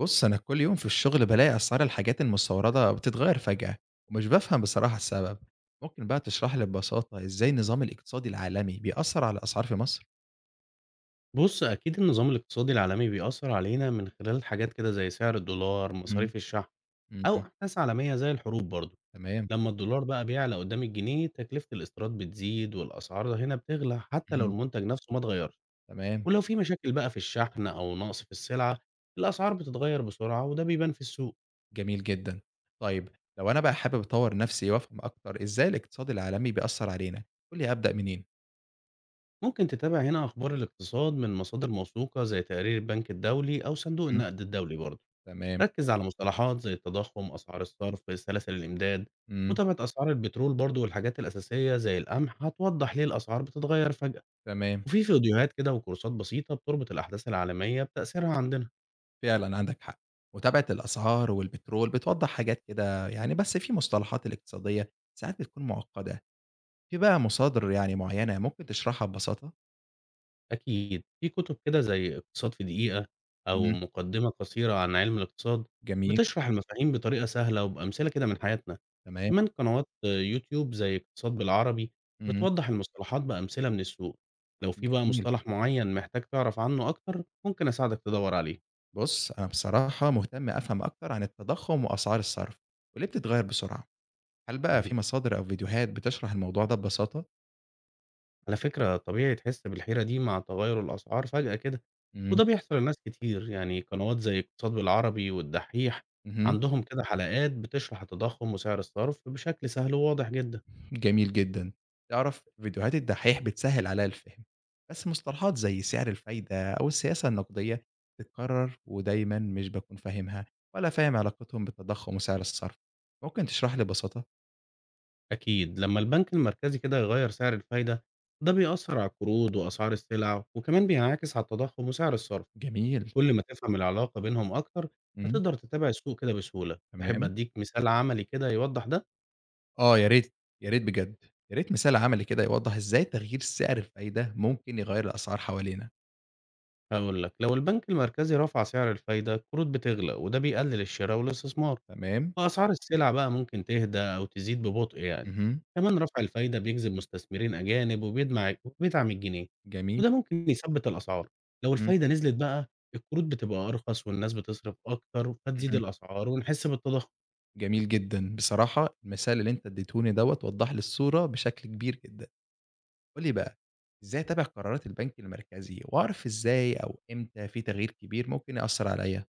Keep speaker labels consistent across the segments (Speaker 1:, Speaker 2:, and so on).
Speaker 1: بُص، أنا كل يوم في الشغل بالاقي أسعار الحاجات المستوردة بتتغير فجأة، ومش بافهم بصراحة السبب. ممكن بقى تشرح لي ببساطة إزاي النظام الاقتصادي العالمي بيأثر على الأسعار في مصر؟
Speaker 2: بُص، أكيد النظام الاقتصادي العالمي بيأثّر علينا من خلال حاجات كده زي سعر الدولار،
Speaker 1: اهم،
Speaker 2: مصاريف الشحن، أو
Speaker 1: اهم،
Speaker 2: أحداث عالمية زي الحروب برضه.
Speaker 1: تمام،
Speaker 2: لمّا الدولار بقى بيعلى قدّام الجنيه، تكلفة الاستيراد بتزيد والأسعار هنا بتغلى حتى لو
Speaker 1: اهم،
Speaker 2: المنتج نفسه ما اتغيرش.
Speaker 1: تمام،
Speaker 2: ولو في مشاكل بقى في الشحن أو نقص في السلعة، الأسعار بتتغير بسرعة وده بيبان في السوق.
Speaker 1: جميل جدًا. طيب لو أنا بقى حابب أطوّر نفسي وأفهم أكتر إزاي الاقتصاد العالمي بيأثر علينا، قُل لي أبدأ منين؟
Speaker 2: ممكن تتابع هنا أخبار الاقتصاد من مصادر موثوقة زي تقارير البنك الدولي أو صندوق
Speaker 1: اهم،
Speaker 2: النقد الدولي برضه.
Speaker 1: تمام،
Speaker 2: ركز على مصطلحات زي التضخم، أسعار الصرف، سلاسل الإمداد،
Speaker 1: إمم،
Speaker 2: متابعة أسعار البترول برضو والحاجات الأساسية زي القمح هتوضح ليه الأسعار بتتغير فجأة،
Speaker 1: تمام،
Speaker 2: وفي فيديوهات كده وكورسات بسيطة بتربط الأحداث العالمية بتأثيرها عندنا.
Speaker 1: فعلًا عندك حق. متابعة الأسعار والبترول بتوضح حاجات كده يعني، بس في مصطلحات الاقتصادية ساعات بتكون معقدة. في بقى مصادر يعني معيّنة ممكن تشرحها ببساطة؟
Speaker 2: أكيد في كتب كده زي اقتصاد في دقيقة أو
Speaker 1: إمم،
Speaker 2: مقدمة قصيرة عن علم الاقتصاد
Speaker 1: جميل،
Speaker 2: بتشرح المفاهيم بطريقة سهلة وبأمثلة كده من حياتنا.
Speaker 1: تمام،
Speaker 2: كمان قنوات يوتيوب زي اقتصاد بالعربي
Speaker 1: إمم،
Speaker 2: بتوضح المصطلحات بأمثلة من السوق. لو في بقى
Speaker 1: جميل.
Speaker 2: مصطلح معين محتاج تعرف عنه أكتر ممكن أساعدك تدور عليه.
Speaker 1: بُص، أنا بصراحة مهتم أفهم أكتر عن التضخُّم وأسعار الصرف، وليه بتتغيّر بسرعة. هل بقى
Speaker 2: مهم.
Speaker 1: في مصادر أو فيديوهات بتشرح الموضوع ده ببساطة؟
Speaker 2: على فكرة طبيعي تحس بالحيرة دي مع تغير الأسعار فجأة كده،
Speaker 1: إمم،
Speaker 2: وده بيحصل لناس كتير. يعني قنوات زي اقتصاد بالعربي والدحيح
Speaker 1: اهم،
Speaker 2: عندهم كده حلقات بتشرح التضخم وسعر الصرف بشكل سهل وواضح جدا.
Speaker 1: جميل جدًا. تعرف فيديوهات الدحّيح بتسهّل عليّا الفهم، بس مصطلحات زي سعر الفايدة أو السياسة النقدية بتتكرر ودايمًا مش باكون فاهمها ولا فاهم علاقتهم بالتضخُّم وسعر الصرف. ممكن تشرح لي ببساطة؟
Speaker 2: أكيد لما البنك المركزي كده يغير سعر الفايدة ده بيأثر على القروض وأسعار السلع وكمان بينعكس على التضخم وسعر الصرف.
Speaker 1: جميل.
Speaker 2: كل ما تفهم العلاقة بينهم أكتر،
Speaker 1: إمم،
Speaker 2: هتقدر تتابع السوق كده بسهولة. تحب
Speaker 1: تمام.
Speaker 2: أديك مثال عملي كده يوضح ده؟
Speaker 1: آه، يا ريت، يا ريت بجد. يا ريت مثال عملي كده يوضّح إزاي تغيير سعر الفايدة ممكن يغيّر الأسعار حوالينا.
Speaker 2: هاقول لك، لو البنك المركزي رفع سعر الفايدة، القروض بتغلى وده بيقلل الشراء والاستثمار،
Speaker 1: تمام،
Speaker 2: وأسعار السلع بقى ممكن تهدى أو تزيد ببطء يعني.
Speaker 1: اهم،
Speaker 2: كمان رفع الفايدة بيجذب مستثمرين أجانب وبيدمع وبيدعم الجنيه،
Speaker 1: جميل،
Speaker 2: وده ممكن يثبت الأسعار. لو
Speaker 1: إمم،
Speaker 2: الفايدة نزلت بقى، القروض بتبقى أرخص والناس بتصرف أكتر فتزيد
Speaker 1: اهم،
Speaker 2: الأسعار ونحس بالتضخم.
Speaker 1: جميل جدًا. بصراحة المثال اللي أنت ادّيتهوني دوّة وضّح لي الصورة بشكل كبير جدًا. قُل لي بقى، إزاي أتابع قرارات البنك المركزي وأعرف إزاي أو إمتى في تغيير كبير ممكن يأثّر عليّا؟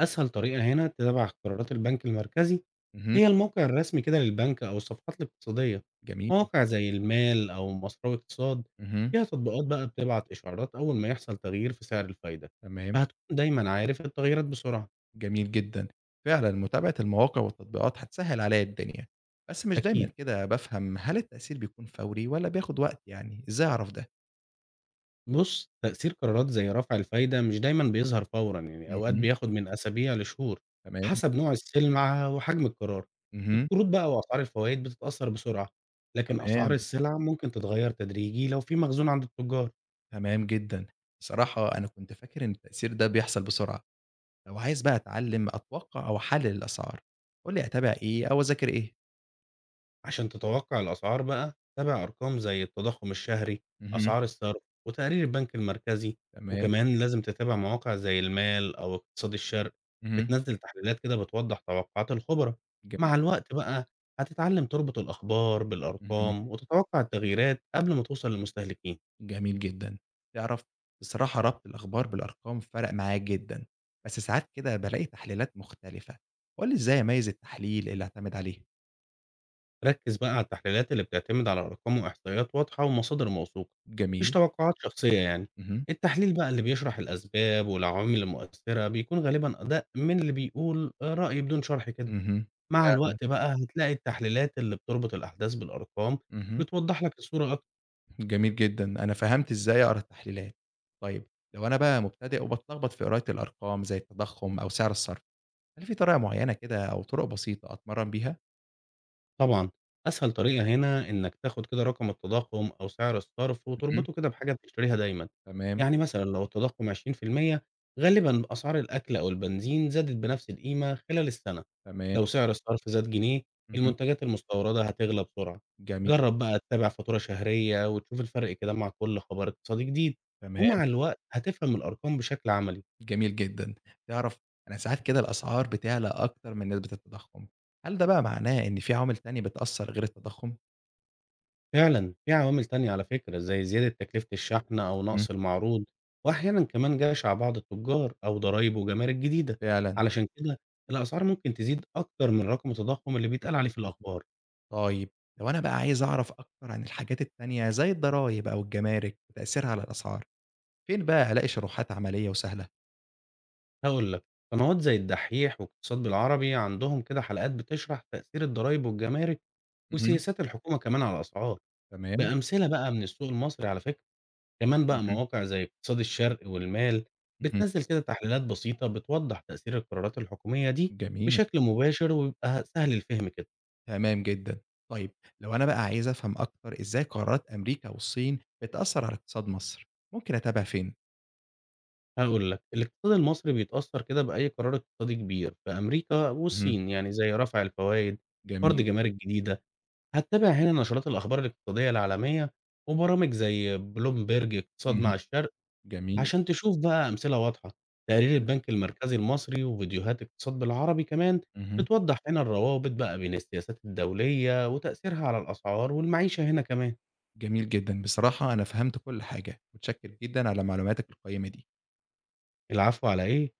Speaker 2: أسهل طريقة هنا تتابع قرارات البنك المركزي
Speaker 1: اهم،
Speaker 2: هي الموقع الرسمي كده للبنك أو الصفحات الاقتصادية،
Speaker 1: جميل،
Speaker 2: مواقع زي المال أو مصراوي اقتصاد
Speaker 1: اهم،
Speaker 2: فيها تطبيقات بقى بتبعت إشعارات أول ما يحصل تغيير في سعر الفايدة،
Speaker 1: تمام.
Speaker 2: فهتكون دايمًا عارف التغييرات بسرعة.
Speaker 1: جميل جدًا. فعلًا متابعة المواقع والتطبيقات هتسهّل عليّا الدنيا، بس مش دايمًا
Speaker 2: أكيد.
Speaker 1: كده بافهم هل التأثير بيكون فوري والّا بياخد وقت يعني، إزاي أعرف ده؟
Speaker 2: بُص، تأثير قرارات زي رفع الفايدة مش دايمًا بيظهر فورًا، يعني أوقات
Speaker 1: اهم،
Speaker 2: بياخد من أسابيع لشهور
Speaker 1: تمام،
Speaker 2: حسب نوع السلعة وحجم القرار.
Speaker 1: اهم،
Speaker 2: القروض بقى وأسعار الفوايد بتتأثر بسرعة، لكن أسعار
Speaker 1: تمام،
Speaker 2: السلع ممكن تتغير تدريجي لو في مخزون عند التجار.
Speaker 1: تمام جدًا. بصراحة أنا كنت فاكر إن التأثير ده بيحصل بسرعة، لو عايز بقى أتعلّم أتوقع أو أحلّل الأسعار، قُل لي أتابع إيه أو أذاكر إيه؟
Speaker 2: عشان تتوقع الأسعار بقى تابع أرقام زي التضخم الشهري،
Speaker 1: اهم،
Speaker 2: أسعار الصرف وتقارير البنك المركزي،
Speaker 1: تمام،
Speaker 2: وكمان لازم تتابع مواقع زي المال أو اقتصاد الشرق
Speaker 1: اهم،
Speaker 2: بتنزل تحليلات كده بتوضح توقعات الخبراء.
Speaker 1: جميل،
Speaker 2: مع الوقت بقى هتتعلم تربط الأخبار
Speaker 1: اهم.
Speaker 2: بالأرقام وتتوقع التغييرات قبل ما توصل للمستهلكين.
Speaker 1: جميل جدًا. تعرف بصراحة ربط الأخبار بالأرقام فرق معايا جدًا، بس ساعات كده بالاقي تحليلات مختلفة، قُل لي إزاي أميّز التحليل اللي أعتمد عليه؟
Speaker 2: ركز بقى على التحليلات اللي بتعتمد على أرقام وإحصائيات واضحة ومصادر موثوقة، مش
Speaker 1: جميل.
Speaker 2: توقعات شخصية يعني.
Speaker 1: اهم،
Speaker 2: التحليل بقى اللي بيشرح الأسباب والعوامل المؤثرة بيكون غالبا أدق من اللي بيقول رأي بدون شرح كده.
Speaker 1: اهم،
Speaker 2: مع
Speaker 1: فعلًا،
Speaker 2: الوقت بقى هتلاقي التحليلات اللي بتربط الأحداث بالأرقام
Speaker 1: اهم،
Speaker 2: بتوضح لك الصورة أكتر.
Speaker 1: جميل جدًا. أنا فهمت إزاي أقرا التحليلات. طيب لو أنا بقى مبتدئ وباتلخبط في قراية الأرقام زي التضخم أو سعر الصرف، هل في طريقة معينة كده أو طرق بسيطة أتمرن بيها؟
Speaker 2: طبعًا، أسهل طريقة هنا إنك تاخد كده رقم التضخُّم أو سعر الصرف
Speaker 1: اهم،
Speaker 2: وتربطه كده بحاجة بتشتريها دايمًا،
Speaker 1: تمام،
Speaker 2: يعني مثلًا لو التضخُّم 20% غالبًا أسعار الأكل أو البنزين زادت بنفس القيمة خلال السنة،
Speaker 1: تمام،
Speaker 2: لو سعر الصرف زاد جنيه
Speaker 1: اهم،
Speaker 2: المنتجات المستوردة هتغلى بسرعة.
Speaker 1: جميل،
Speaker 2: جرّب بقى تتابع فاتورة شهرية وتشوف الفرق كده مع كل خبر اقتصادي جديد،
Speaker 1: تمام.
Speaker 2: ومع الوقت هتفهم الأرقام بشكل عملي.
Speaker 1: جميل جدًا. تعرف أنا ساعات كده الأسعار بتعلى أكتر من نسبة التضخم، هل ده بقى معناه إن في عوامل تانية بتأثّر غير التضخم؟
Speaker 2: فعلًا، في عوامل تانية على فكرة، زي زيادة تكلفة الشحن أو
Speaker 1: إمم.
Speaker 2: نقص المعروض، وأحيانًا كمان جشع بعض التجار أو ضرايب وجمارك جديدة،
Speaker 1: فعلًا.
Speaker 2: علشان كده الأسعار ممكن تزيد أكتر من رقم التضخم اللي بيتقال
Speaker 1: اهم.
Speaker 2: عليه في الأخبار.
Speaker 1: طيب لو أنا بقى عايز أعرف أكتر عن الحاجات التانية زي الضرايب أو الجمارك وتأثيرها على الأسعار، فين بقى ألاقي شروحات عملية وسهلة؟
Speaker 2: هاقول لك، قنوات زي الدحيح واقتصاد بالعربي عندهم كده حلقات بتشرح تأثير الضرايب والجمارك
Speaker 1: اهم.
Speaker 2: وسياسات الحكومة كمان على الأسعار،
Speaker 1: تمام.
Speaker 2: بأمثلة بقى من السوق المصري على فكرة. كمان بقى
Speaker 1: اهم،
Speaker 2: مواقع زي اقتصاد الشرق والمال
Speaker 1: اهم.
Speaker 2: بتنزل كده تحليلات بسيطة بتوضح تأثير القرارات الحكومية دي
Speaker 1: جميل،
Speaker 2: بشكل مباشر ويبقى سهل الفهم كده.
Speaker 1: تمام جدًا. طيب لو أنا بقى عايز أفهم أكتر إزاي قرارات أمريكا والصين بتأثّر على اقتصاد مصر، ممكن أتابع فين؟
Speaker 2: هقول لك الاقتصاد المصري بيتأثر كده بأي قرار اقتصادي كبير في أمريكا
Speaker 1: اهم.
Speaker 2: والصين، يعني زي رفع الفوائد، فرض
Speaker 1: جميل،
Speaker 2: جمارك جديدة. هتتابع هنا نشرات الأخبار الاقتصادية العالمية وبرامج زي بلومبرج اقتصاد
Speaker 1: اهم.
Speaker 2: مع الشرق
Speaker 1: جميل.
Speaker 2: عشان تشوف بقى أمثلة واضحة، تقارير
Speaker 1: إمم،
Speaker 2: البنك المركزي المصري وفيديوهات اقتصاد بالعربي كمان
Speaker 1: اهم،
Speaker 2: بتوضح هنا الروابط بقى بين السياسات الدولية وتأثيرها على الأسعار والمعيشة هنا كمان.
Speaker 1: جميل جدًا، بصراحة أنا فهمت كل حاجة، متشكر جدًا على معلوماتك القيّمة دي.
Speaker 2: العفو على إيه؟